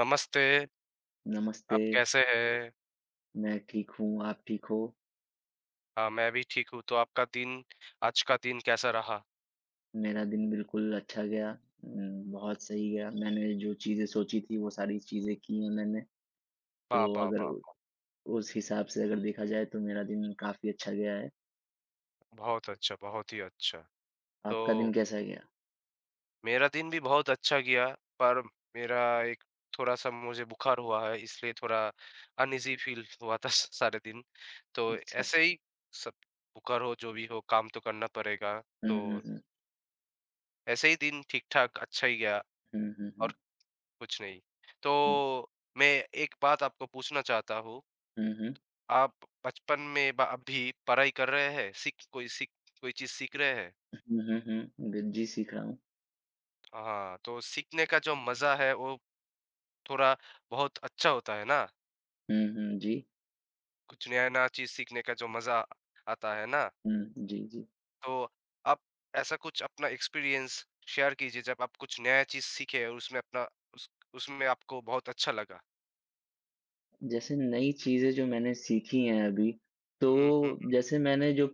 नमस्ते, आप नमस्ते, कैसे हैं? मैं ठीक हूँ, आप ठीक हो? हाँ, मैं भी ठीक हूँ, तो आपका दिन आज का दिन कैसा रहा? मेरा दिन बिल्कुल अच्छा गया, बहुत सही गया। मैंने जो चीज़ें सोची थी वो सारी चीज़ें की हैं मैंने, वाह, तो वाह, अगर वाह, उ वाह! उस हिसाब से अगर देखा जाए तो मेरा दिन काफ़ी अच्छा गया है। बहुत अच्छा, बहुत ही अच्छा। तो आपका दिन कैसा गया? मेरा दिन भी बहुत अच्छा गया, पर मेरा एक थोड़ा-सा मुझे बुखार हुआ है, इसलिए थोड़ा अनईज़ी फ़ील हुआ था स सारे दिन। तो अच्छा। ऐसे ही सब बुखार हो, जो भी हो, काम तो करना पड़ेगा। हुँ, तो हुँ, हुँ। ऐसे ही दिन ठीक-ठाक अच्छा ही गया हुँ, हुँ, और हुँ, कुछ नहीं। तो हुँ। मैं एक बात आपको पूछना चाहता हूँ। हुँ, हुँ। आप बचपन में ब अभी पढ़ाई कर रहे हैं, सीख कोई चीज़ सीख रहे हैं। हुँ, हुँ, हुँ। ग जी, सीख रहा हूँ। हाँ, तो सीखने का जो मज़ा है वो थोड़ा बहुत अच्छा होता है ना? हुँ, हुँ, जी। कुछ नया-नया चीज़ सीखने का जो मज़ा आता है ना? हुँ, जी, जी। तो आप ऐसा कुछ अपना एक्सपीरियंस शेयर कीजिए जब आप कुछ नया चीज़ सीखे और उसमें अपना उस उसमें आपको बहुत अच्छा लगा? जैसे नई चीज़ें जो मैंने सीखी हैं अभी, हुँ, हुँ। तो जैसे मैंने जो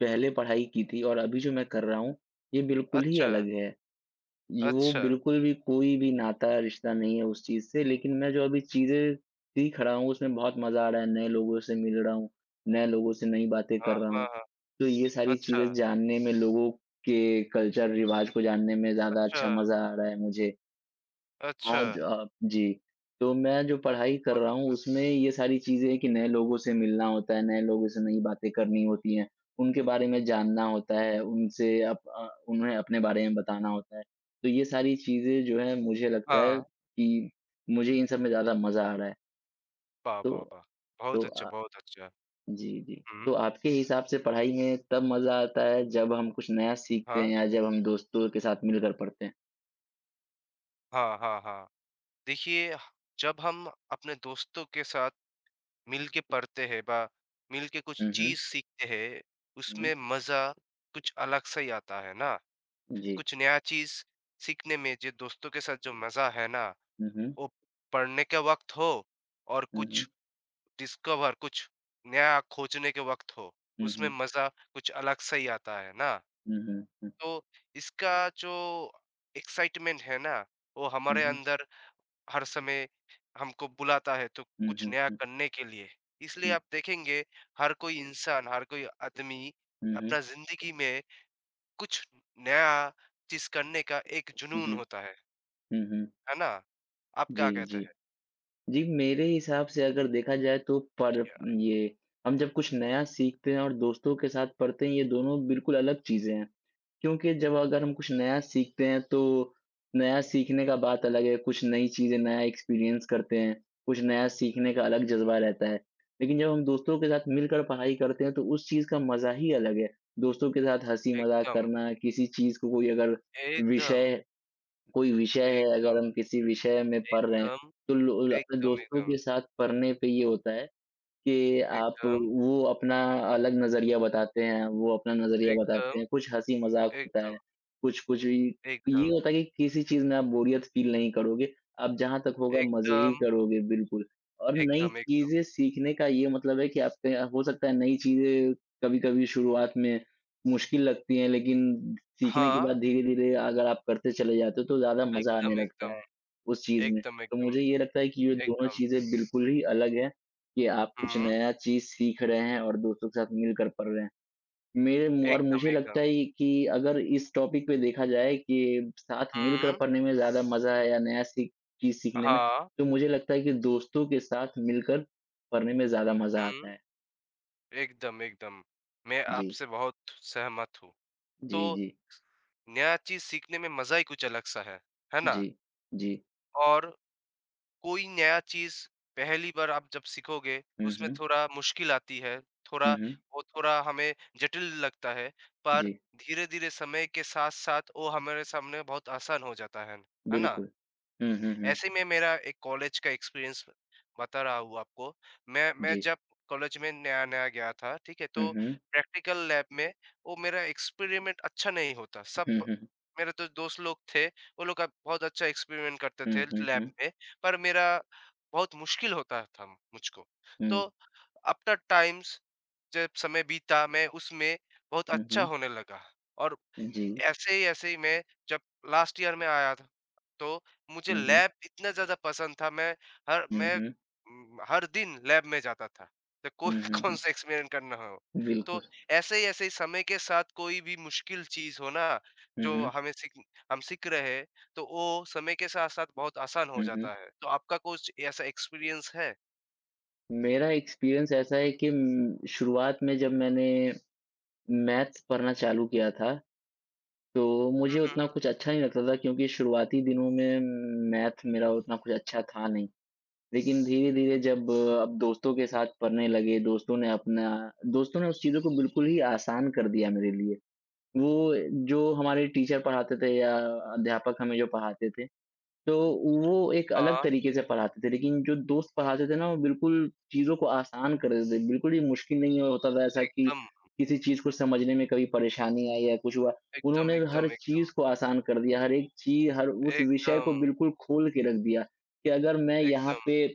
पहले पढ़ाई की थी और अभी जो मैं कर रहा हूँ, ये बिल्कुल ही अच्छा, अलग है। ये वो अच्छा। बिल्कुल भी कोई भी नाता, रिश्ता नहीं है उस चीज़ से, लेकिन मैं जो अभी चीज़ें सीख रहा हूँ, उसमें बहुत मज़ा आ रहा है। नए लोगों से मिल रहा हूँ, नए लोगों से नई बातें हाँ, कर रहा हाँ, हूँ। हाँ। तो ये सारी चीज़ें अच्छा, जानने में, लोगों के कल्चर, रिवाज को जानने में ज़्यादा अच्छा, अच्छा मज़ा आ रहा है मुझे। अच्छा। हाँ, जो आप जी, तो मैं जो पढ़ाई कर बहुत रहा हूँ अच्छा। उसमें ये सारी चीज़ें हैं कि नए लोगों से मिलना होता है, नए लोगों से नई बातें करनी होती हैं, उनके बारे में जानना होता है, उन्हें अपने बारे में बताना होता है। तो ये सारी चीज़ें जो है मुझे लगता है हाँ। कि मुझे इन सब में ज़्यादा मज़ा आ रहा है। वाह, तो वाह, वाह! तो बहुत अच्छा, अ, बहुत अच्छा। जी, जी। हुँ। तो आपके हिसाब से पढ़ाई में तब मज़ा आता है जब हम कुछ नया सीखते हैं हाँ। या जब हम दोस्तों के साथ मिलकर पढ़ते हैं? हाँ, हाँ, हाँ। देखिए, जब हम अपने दोस्तों के साथ मिल के पढ़ते हैं बा मिल के कुछ हुँ, हुँ। चीज़ सीखते हैं, हुँ, उसमें मज़ा कुछ अलग सा ही आता है ना? जी। कुछ नया चीज़ सीखने में जो दोस्तों के साथ जो मज़ा है ना, हुँ, हुँ। वो पढ़ने के वक़्त हो और हुँ, हुँ। कुछ नया खोजने के वक़्त हो, हुँ, उसमें हुँ। मज़ा कुछ अलग सा ही आता है ना? हुँ, हुँ, हुँ, तो इसका जो एक्साइटमेंट है ना, वो हुँ, हमारे हुँ, अंदर हर समय हमको बुलाता है तो हुँ, कुछ नया हुँ, करने के लिए। इसलिए हुँ, आप देखेंगे हर कोई इंसान, हर कोई आदमी हुँ, हुँ, हुँ, अपना ज़िंदगी में कुछ नया चीज़ करने का एक हुँ, जुनून होता हुँ, हुँ। है ना? आप जी, क्या कहते जी। हैं? जी, मेरे हिसाब से अगर देखा जाए तो पर या ये, हम जब कुछ नया सीखते हैं और दोस्तों के साथ पढ़ते हैं, ये दोनों बिल्कुल अलग चीज़ें हैं। क्योंकि जब अगर हम कुछ नया सीखते हैं तो नया सीखने का बात अलग है, कुछ नई चीज़ें, नया एक्सपीरियंस करते हैं, कुछ नया सीखने का अलग जज़्बा रहता है। लेकिन जब हम दोस्तों के साथ मिलकर पढ़ाई करते हैं तो उस चीज़ का मज़ा ही अलग है। दोस्तों के साथ हँसी-मज़ाक एकदम, करना, किसी चीज़ को कोई अगर एकदम, विषय कोई विषय है, एकदम, अगर हम किसी विषय में पढ़ रहे हैं, एकदम, तो लो अपने एकदम, दोस्तों एकदम, के साथ पढ़ने पे ये होता है कि आप एकदम, वो अपना अलग नज़रिया बताते हैं, वो अपना नज़रिया एकदम, बताते हैं, कुछ हँसी-मज़ाक होता एकदम, है, कुछ-कुछ ये एकदम, होता है कि किसी चीज़ में आप बोरियत फ़ील नहीं करोगे, आप जहाँ तक होगा मज़े ही एकदम, करोगे बिल्कुल। और नई एकदम, एकदम। चीज़ें सीखने का ये मतलब है कि आपके हो सकता है नई चीज़ें कभी-कभी शुरुआत में मुश्किल लगती हैं, लेकिन सीखने के बाद हाँ, धीरे-धीरे अगर आप करते चले जाते हो तो ज़्यादा मज़ा आने एकदम, लगता है एकदम, उस चीज़ में। एकदम, तो एकदम, मुझे ये लगता है कि ये दोनों एकदम। चीज़ें बिल्कुल ही अलग हैं। कि आप कुछ हुँ, नया चीज़ सीख रहे हैं और दोस्तों के साथ मिल कर पढ़ रहे हैं। मेरे मु और एकदम, मुझे एकदम। लगता है ये कि अगर इस टॉपिक पे देखा जाए कि साथ मिलकर हुँ। पढ़ने में ज़्यादा मज़ा है या नया सीख चीज़ सीखने में, हाँ। तो मुझे लगता है कि दोस्तों के साथ मिलकर पढ़ने में ज़्यादा मज़ा हुँ। आता है। एकदम, एकदम। मैं जी, आपसे बहुत सहमत हूँ। जी, तो जी, नया चीज़ सीखने में मज़ा ही कुछ अलग-सा है ना? जी, जी। और कोई नया चीज़ पहली बार आप जब सीखोगे, हुँ, उसमें हुँ। थोड़ा मुश्किल आती है, हुँ, थोड़ा हुँ। वो थोड़ा हमें जटिल लगता है, पर जी, धीरे-धीरे समय के साथ-साथ वो हमारे सामने बहुत आसान हो जाता है ना? बिल्कुल। हुँ, हुँ, हुँ। ऐसे में मेरा एक कॉलेज का एक्सपीरियंस बता रहा हूँ आपको। मैं जी। जब कॉलेज में नया-नया गया था, ठीक है? हुँ, तो हुँ। प्रैक्टिकल लैब में वो मेरा एक्सपेरिमेंट अच्छा नहीं होता। सब हुँ, हुँ, मेरे तो दोस्त लोग थे, वो लोग अब बहुत अच्छा एक्सपेरिमेंट करते हुँ, थे हुँ, लैब हुँ, में, पर मेरा बहुत मुश्किल होता था मुझको। हुँ, तो आफ्टर टाइम्स जब समय बीता, मैं उसमें बहुत हुँ, अच्छा हुँ। होने लगा और जी। ऐसे ही मैं जब लास्ट ईयर में आया था, तो मुझे हुँ, हुँ। लैब इतना ज़्यादा पसंद था। मैं हर हुँ, मैं हुँ। उम, हर दिन लैब में जाता था। तो कोई हुँ, कौन हुँ, सा एक्सपेरिमेंट करना हो। हुँ। तो बिल्कुल। ऐसे ही समय के साथ कोई भी मुश्किल चीज़ हो ना, हुँ, जो हुँ। हमें सीख हम सीख रहे हैं, तो वो समय के साथ-साथ बहुत आसान हो हुँ, जाता हुँ। है। तो आपका कुछ ऐसा एक्सपीरियंस है? मेरा एक्सपीरियंस ऐसा है कि शुरुआत में जब मैंने मैथ्स पढ़ना चालू किया था, तो हुँ, मुझे उतना हुँ, हुँ। कुछ अच्छा नहीं लगता था क्योंकि शुरुआती दिनों में मैथ मेरा उतना कुछ अच्छा था नहीं। लेकिन धीरे-धीरे अब दोस्तों के साथ पढ़ने लगे, दोस्तों ने उस चीज़ों को बिल्कुल ही आसान कर दिया मेरे लिए। वो जो हमारे टीचर पढ़ाते थे या अध्यापक हमें जो पढ़ाते थे, तो वो एक अलग हाँ, तरीके से पढ़ाते थे, लेकिन जो दोस्त पढ़ाते थे ना, वो बिल्कुल चीज़ों को आसान कर देते थे, बिल्कुल ही मुश्किल नहीं होता था ऐसा कि एकदम, किसी चीज़ को समझने में कभी परेशानी आई या कुछ हुआ। एकदम, उन्होंने हर एकदम, एकदम, चीज़ को आसान कर दिया, हर एक चीज़, हर उस विषय को एकदम, बिल्कुल खोल के रख दिया कि अगर मैं एकदम, यहाँ एकदम, पे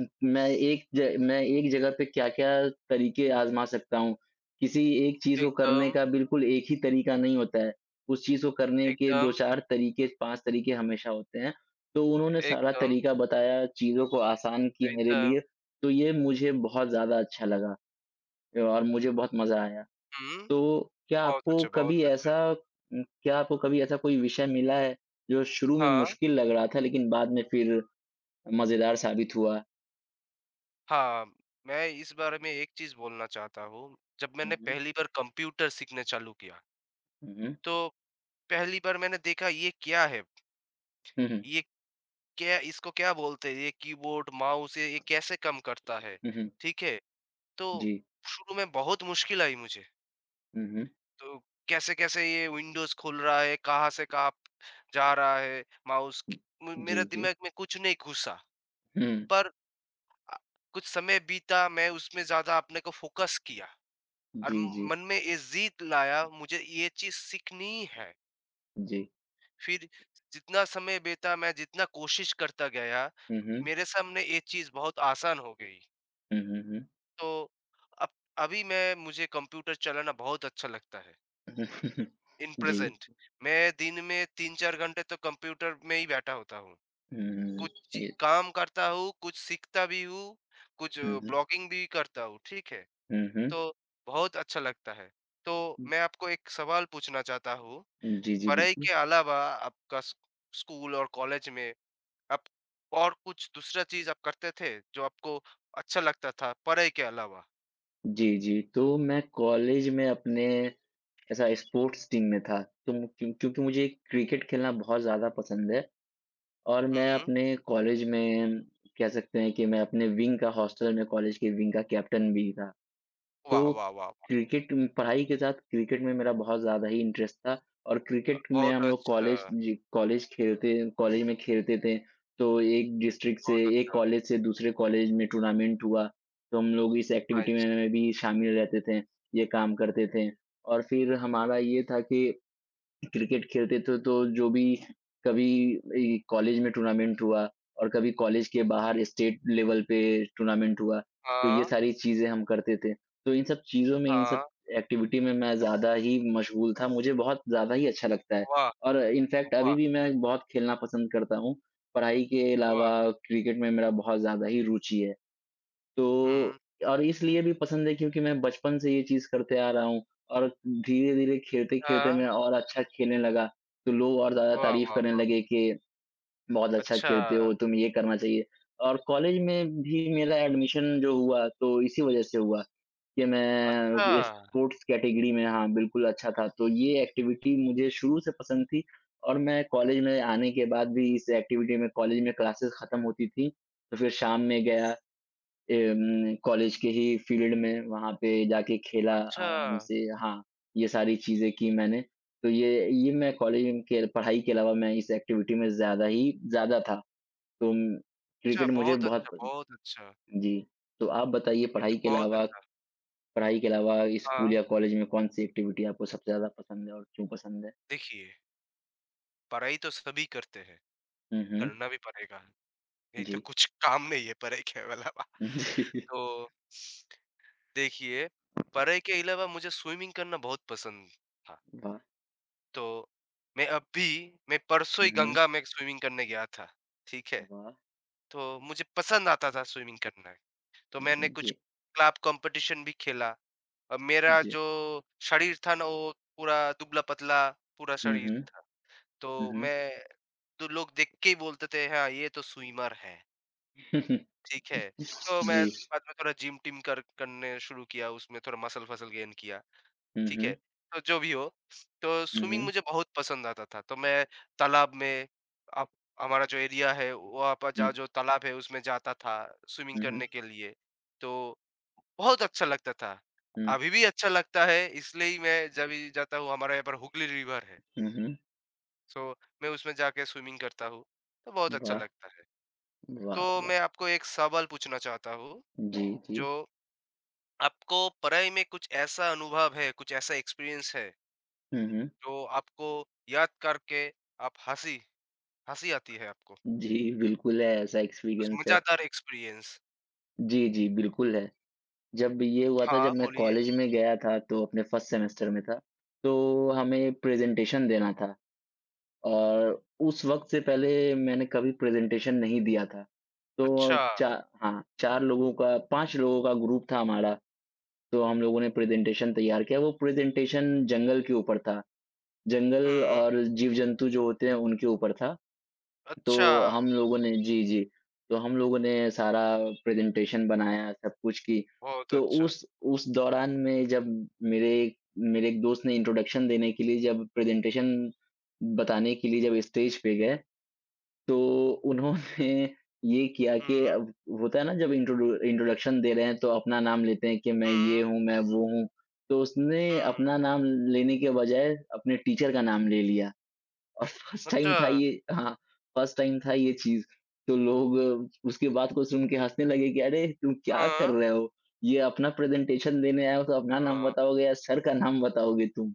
उम, मैं एक जगह पे क्या-क्या तरीके आज़मा सकता हूँ। किसी एक चीज़ को करने एकदम, का बिल्कुल एक ही तरीका नहीं होता है। उस चीज़ को करने के एकदम, 2-4 तरीके, 5 तरीके हमेशा होते हैं। तो उन्होंने सारा एकदम। तरीका बताया, चीज़ों को आसान की मेरे लिए, एकदम। तो ये मुझे बहुत ज़्यादा अच्छा लगा और मुझे बहुत मज़ा आया। हुँ, तो क्या बहुत आपको अच्छा, कभी बहुत अच्छा। ऐसा क्या आपको कभी ऐसा कोई विषय मिला है, जो शुरू में हाँ, मुश्किल लग रहा था लेकिन बाद में फिर मज़ेदार साबित हुआ? हाँ, मैं इस बारे में एक चीज़ बोलना चाहता हूँ। जब हुँ, मैंने हुँ। पहली बार कंप्यूटर सीखना चालू किया, हुँ, हुँ। तो पहली बार मैंने देखा ये क्या है? हुँ, हुँ। ये क्या इसको क्या बोलते हैं? ये कीबोर्ड, माउस ये कैसे काम करता है? हुँ, हुँ। ठीक है? तो जी। शुरू में बहुत मुश्किल आई मुझे। हुँ, हुँ। तो कैसे-कैसे ये विंडोज़ खुल रहा है, कहाँ से कहाँ जा रहा है माउस? म मेरे जी, जी। दिमाग में कुछ नहीं घुसा। हुँ। पर अ, कुछ समय बीता, मैं उसमें ज़्यादा अपने को फ़ोकस किया और जी, जी। मन में ये ज़िद लाया, मुझे ये चीज़ सीखनी है। जी। फिर जितना समय बीता, मैं जितना कोशिश करता गया, हुँ, हुँ। मेरे सामने ये चीज़ बहुत आसान हो गई। हुँ, हुँ, हुँ। तो अब अभी मैं मुझे कंप्यूटर चलाना बहुत अच्छा लगता है, इन जी। प्रेज़ेंट। मैं दिन में 3-4 घंटे तो कंप्यूटर में ही बैठा होता हूँ। हुँ, हुँ। कुछ ची ये काम करता हूँ, कुछ सीखता भी हूँ, कुछ हुँ, हुँ। ब्लॉगिंग भी करता हूँ, ठीक है? हुँ, हुँ। तो बहुत अच्छा लगता है। तो मैं आपको एक सवाल पूछना चाहता हूँ, हुँ, जी, जी, पढ़ाई बिल्कुल। के अलावा आपका स्कूल और कॉलेज में आप और कुछ दूसरा चीज़ आप करते थे, जो आपको अच्छा लगता था पढ़ाई के अलावा? जी, जी। तो मैं कॉलेज में अपने ऐसा स्पोर्ट्स टीम में था। तो मु क्यों क्योंकि मुझे क्रिकेट खेलना बहुत ज़्यादा पसंद है और मैं हुँ। अपने कॉलेज में, कह सकते हैं कि मैं अपने विंग का हॉस्टल में, कॉलेज के विंग का कैप्टन भी था। वाह, तो वाह, वाह, वाह! क्रिकेट पढ़ाई के साथ क्रिकेट में मेरा बहुत ज़्यादा ही इंटरेस्ट था और क्रिकेट में बहुत हम लोग अच्छा, कॉलेज में खेलते थे। तो एक डिस्ट्रिक्ट से, बहुत एक अच्छा, कॉलेज से दूसरे कॉलेज में टूर्नामेंट हुआ, तो हम लोग इस एक्टिविटी नाइस। में भी शामिल रहते थे, ये काम करते थे। और फिर हमारा ये था कि क्रिकेट खेलते थे तो जो भी कभी ये कॉलेज में टूर्नामेंट हुआ और कभी कॉलेज के बाहर स्टेट लेवल पे टूर्नामेंट हुआ, तो ये हाँ, सारी चीज़ें हम करते थे। तो इन सब चीज़ों में, इन सब हाँ, एक्टिविटी में मैं ज़्यादा ही मशगूल था, मुझे बहुत ज़्यादा ही अच्छा लगता है, वाह, और इनफैक्ट अभी वाह, भी मैं बहुत खेलना पसंद करता हूँ। पढ़ाई के वाह! अलावा क्रिकेट में मेरा बहुत ज़्यादा ही रुचि है। हुँ, तो और इसलिए भी पसंद है क्योंकि मैं बचपन से ये चीज़ करते आ रहा हूँ और धीरे-धीरे, खेलते-खेलते हाँ, मैं और अच्छा खेलने लगा, तो लोग और ज़्यादा वाह, तारीफ़ वाह, करने वाह! लगे कि बहुत अच्छा अच्छा, खेलते हो, तुम्हें ये करना चाहिए। और कॉलेज में भी मेरा एडमिशन जो हुआ तो इसी वज़ह से हुआ कि मैं अच्छा, ये स्पोर्ट्स कैटेगरी में, हाँ, बिल्कुल अच्छा था, तो ये एक्टिविटी मुझे शुरू से पसंद थी और मैं कॉलेज में आने के बाद भी इस एक्टिविटी में, कॉलेज में क्लासेस ख़त्म होती थी, तो फिर शाम में गया कॉलेज के ही फील्ड में वहाँ पे जाके खेला अच्छा, आराम से, हाँ, ये सारी चीज़ें की मैंने। तो ये मैं कॉलेज के पढ़ाई के अलावा मैं इस एक्टिविटी में ज़्यादा ही ज़्यादा था। तो अच्छा, क्रिकेट मुझे बहुत बहुत अच्छा, बहुत अच्छा। जी, तो आप बताइए ये तो पढ़ाई के बहुत अलावा, अच्छा। पढ़ाई के अलावा हाँ। स्कूल या कॉलेज में कौन-सी एक्टिविटी आपको सबसे ज़्यादा पसंद है और क्यों पसंद है? देखिए, पढ़ाई तो सभी करते हैं, हुँ, हुँ। करना भी पड़ेगा, नहीं तो जी। कुछ काम नहीं है पढ़ाई के अलावा। जी। तो देखिए, पढ़ाई के अलावा मुझे स्विमिंग करना बहुत पसंद था, वाह! तो मैं अभी मैं परसों ही हुँ, हुँ। गंगा में स्विमिंग करने गया था, ठीक है? वाह! तो मुझे पसंद आता था स्विमिंग करना, तो मैंने कुछ जी, क्लब कॉम्पिटिशन भी खेला और मेरा जी। जो शरीर था ना, वो पूरा दुबला-पतला पूरा हुँ, शरीर हुँ। था, हुँ, तो हुँ। मैं तो लोग देख के ही बोलते थे, "हाँ, ये तो स्विमर है।" ठीक है? तो मैं जी। बाद में थोड़ा जिम-टिम कर करने शुरू किया, उसमें थोड़ा मसल-फसल गेन किया। हुँ, ठीक है? हुँ। तो जो भी हो, तो हुँ, स्विमिंग हुँ। मुझे बहुत पसंद आता था। तो मैं तालाब में आप हमारा जो एरिया है, वहाँ पर हुँ। जहाँ जो तालाब है, उसमें जाता था स्विमिंग हुँ, हुँ। करने के लिए। तो बहुत अच्छा लगता था। हुँ, अभी भी अच्छा लगता है, इसलिए ही मैं जब भी जाता हूँ, हमारे यहाँ पर हुगली रिवर है। हुँ, हुँ। सो मैं उसमें जाके स्विमिंग करता हूँ, तो बहुत अच्छा वाह! लगता है। वाह, तो वाह! मैं आपको एक सवाल पूछना चाहता हूँ, जी, जी। जो आपको पढ़ाई में कुछ ऐसा अनुभव है, कुछ ऐसा एक्सपीरियंस है, हुँ, हुँ। जो आपको याद करके आप हँसी हँसी आती है आपको? जी, बिल्कुल है, ऐसा कुछ एक्सपीरियंस है। मज़ेदार एक्सपीरियंस? जी, जी, बिल्कुल है। जब ये हुआ था, हाँ, जब मैं बोलिए। कॉलेज में गया था तो अपने फर्स्ट सेमेस्टर में था, तो हमें प्रेज़ेंटेशन देना था और उस वक़्त से पहले मैंने कभी प्रेज़ेंटेशन नहीं दिया था। तो अच्छा। चा हाँ, 4 लोगों का, 5 लोगों का ग्रुप था हमारा, तो हम लोगों ने प्रेज़ेंटेशन तैयार किया। वो प्रेज़ेंटेशन जंगल के ऊपर था। जंगल हुँ, और जीव-जंतु जो होते हैं उनके ऊपर था। तो अच्छा। हम लोगों ने जी, जी। तो हम लोगों ने सारा प्रेज़ेंटेशन बनाया, सब कुछ की। बहुत तो अच्छा। उस दौरान में जब मेरे मेरे एक दोस्त ने इंट्रोडक्शन देने के लिए, जब प्रेज़ेंटेशन बताने के लिए जब स्टेज पे गए, तो उन्होंने ये किया कि हुँ, अब होता है ना जब इंट्रोडू इंट्रोडक्शन दे रहे हैं तो अपना नाम लेते हैं कि मैं ये हुँ, हूँ, मैं वो हूँ। तो उसने हुँ। अपना नाम लेने के बजाय अपने टीचर का नाम ले लिया। और फर्स्ट टाइम अच्छा। था ये, हाँ, फर्स्ट टाइम था ये चीज़, तो उसके बात को सुन के हँसने लगे कि अरे! तुम क्या कर हाँ, रहे हो? ये अपना प्रेज़ेंटेशन देने आए हो तो अपना नाम हाँ। बताओगे या सर का नाम बताओगे तुम?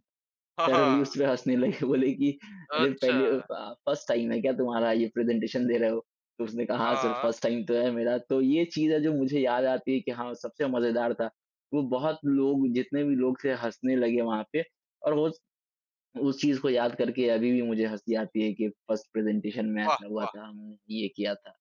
हाँ, सर भी हाँ। उस पे हँसने लगे बोले कि अरे! अच्छा। फर्स्ट टाइम है क्या तुम्हारा? ये प्रेज़ेंटेशन दे रहे हो? तो उसने कहा हाँ सर, हाँ। फर्स्ट टाइम तो है मेरा। तो ये चीज़ है जो मुझे याद आती है कि हाँ, सबसे मज़ेदार था। वो बहुत लोग, जितने भी लोग थे हँसने लगे वहाँ पे, और वो उस चीज़ को याद करके अभी भी मुझे हँसी आती है कि फर्स्ट प्रेज़ेंटेशन में वाह, ऐसा हुआ वाह, था, हमने ये किया था।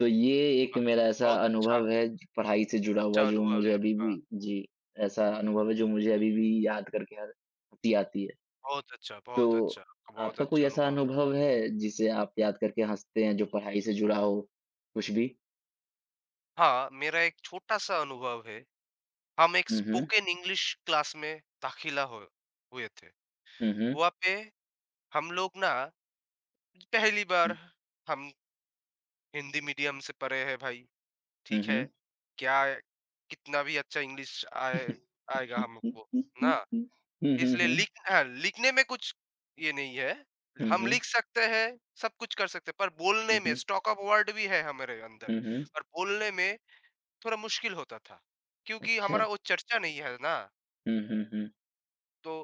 तो ये एक वाह! मेरा ऐसा बहुत अच्छा, अनुभव है पढ़ाई से जुड़ा अच्छा हुआ, जो अनुभव मुझे है अभी आपका। भी, जी, ऐसा अनुभव है जो मुझे अभी भी याद करके हर हँसी आती है। तो बहुत अच्छा, आपका, बहुत आपका कोई अच्छा ऐसा अनुभव। अनुभव है जिसे आप याद करके हँसते हैं जो पढ़ाई से जुड़ा हो, कुछ भी? हाँ, मेरा एक छोटा-सा अनुभव है। हम एक हुँ, हुँ। स्पोकन इंग्लिश क्लास में दाखिला हो हुए थे। हुँ, हुँ। वहाँ पे हम लोग ना पहली बार हम हिंदी मीडियम से पढ़े हैं भाई, हुँ, हुँ, ठीक है। हुँ। क्या कितना भी अच्छा इंग्लिश आए आएगा हुँ, हमको, ना? हुँ, इसलिए हुँ। लिख हाँ, लिखने में कुछ ये नहीं है। हुँ, हम हुँ। लिख सकते हैं, सब कुछ कर सकते हैं, पर बोलने हुँ, हुँ। में हुँ, हुँ। स्टॉक ऑफ वर्ड भी है हमारे अंदर, हुँ, हुँ। पर बोलने में थोड़ा मुश्किल होता था क्योंकि अच्छा। हमारा वो चर्चा नहीं है ना। हुँ, हुँ, हुँ। तो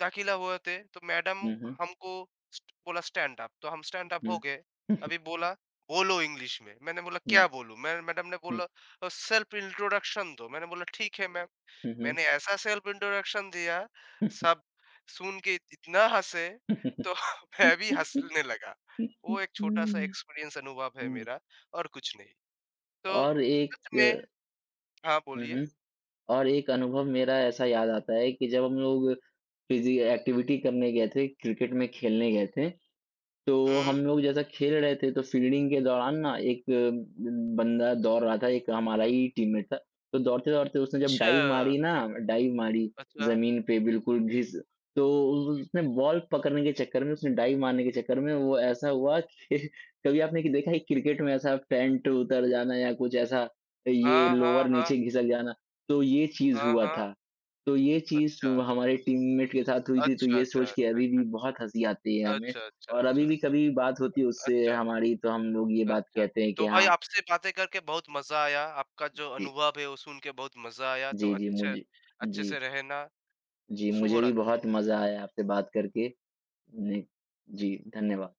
दाखिला हुए थे, तो मैडम हुँ, हुँ। हमको बोला स्टैंड अप, तो हम स्टैंड अप हो Mm. गए। अभी बोला बोलो इंग्लिश में, मैंने बोला हुँ, क्या बोलूं मैं, मैडम ने हुँ, बोला सेल्फ इंट्रोडक्शन दो, मैंने बोला ठीक है मैम। हुँ, हुँ। मैंने ऐसा सेल्फ इंट्रोडक्शन दिया, सब सुन के इतना हंसे तो हुँ, मैं भी हंसने लगा। वो एक छोटा सा एक्सपीरियंस अनुभव है मेरा और कुछ नहीं। तो और एक सच में हाँ, हुँ, बोलिए। हुँ, और एक अनुभव मेरा ऐसा याद आता है कि जब हम लोग फिज़ी एक्टिविटी करने गए थे, क्रिकेट में खेलने गए थे, तो हम्म। हम लोग जैसा खेल रहे थे तो फील्डिंग के दौरान ना बंदा दौड़ रहा था, एक हमारा ही टीममेट था। तो दौड़ते-दौड़ते उसने जब अच्छा, डाइव मारी, अच्छा। ज़मीन पे बिल्कुल घिस, तो उसने बॉल पकड़ने के चक्कर में, उसने डाइव मारने के चक्कर में, वो ऐसा हुआ कि कभी आपने कि देखा है क्रिकेट में ऐसा पैंट उतर जाना या कुछ ऐसा, ये हाँ, हाँ, लोअर हाँ, नीचे खिसक जाना, तो ये चीज़ हाँ, हुआ हाँ। था। तो ये चीज़ अच्छा, हमारे टीममेट के साथ हुई थी, तो अच्छा, ये अच्छा, सोच के अच्छा, अभी अच्छा। भी बहुत हँसी आती है हमें। अच्छा, अच्छा, और अभी अच्छा, भी कभी बात होती है उससे अच्छा, हमारी तो हम लोग ये बात अच्छा। कहते हैं तो कि भाई हाँ, आपसे बातें करके बहुत मज़ा आया, आपका जो जी। अनुभव है वो सुन के बहुत मज़ा आया, तो जी, जी, अच्छे मुझे अच्छे जी, से रहना, जी, शुभ मुझे भी बहुत रात्रि। मज़ा आया आपसे बात करके। ने जी, धन्यवाद।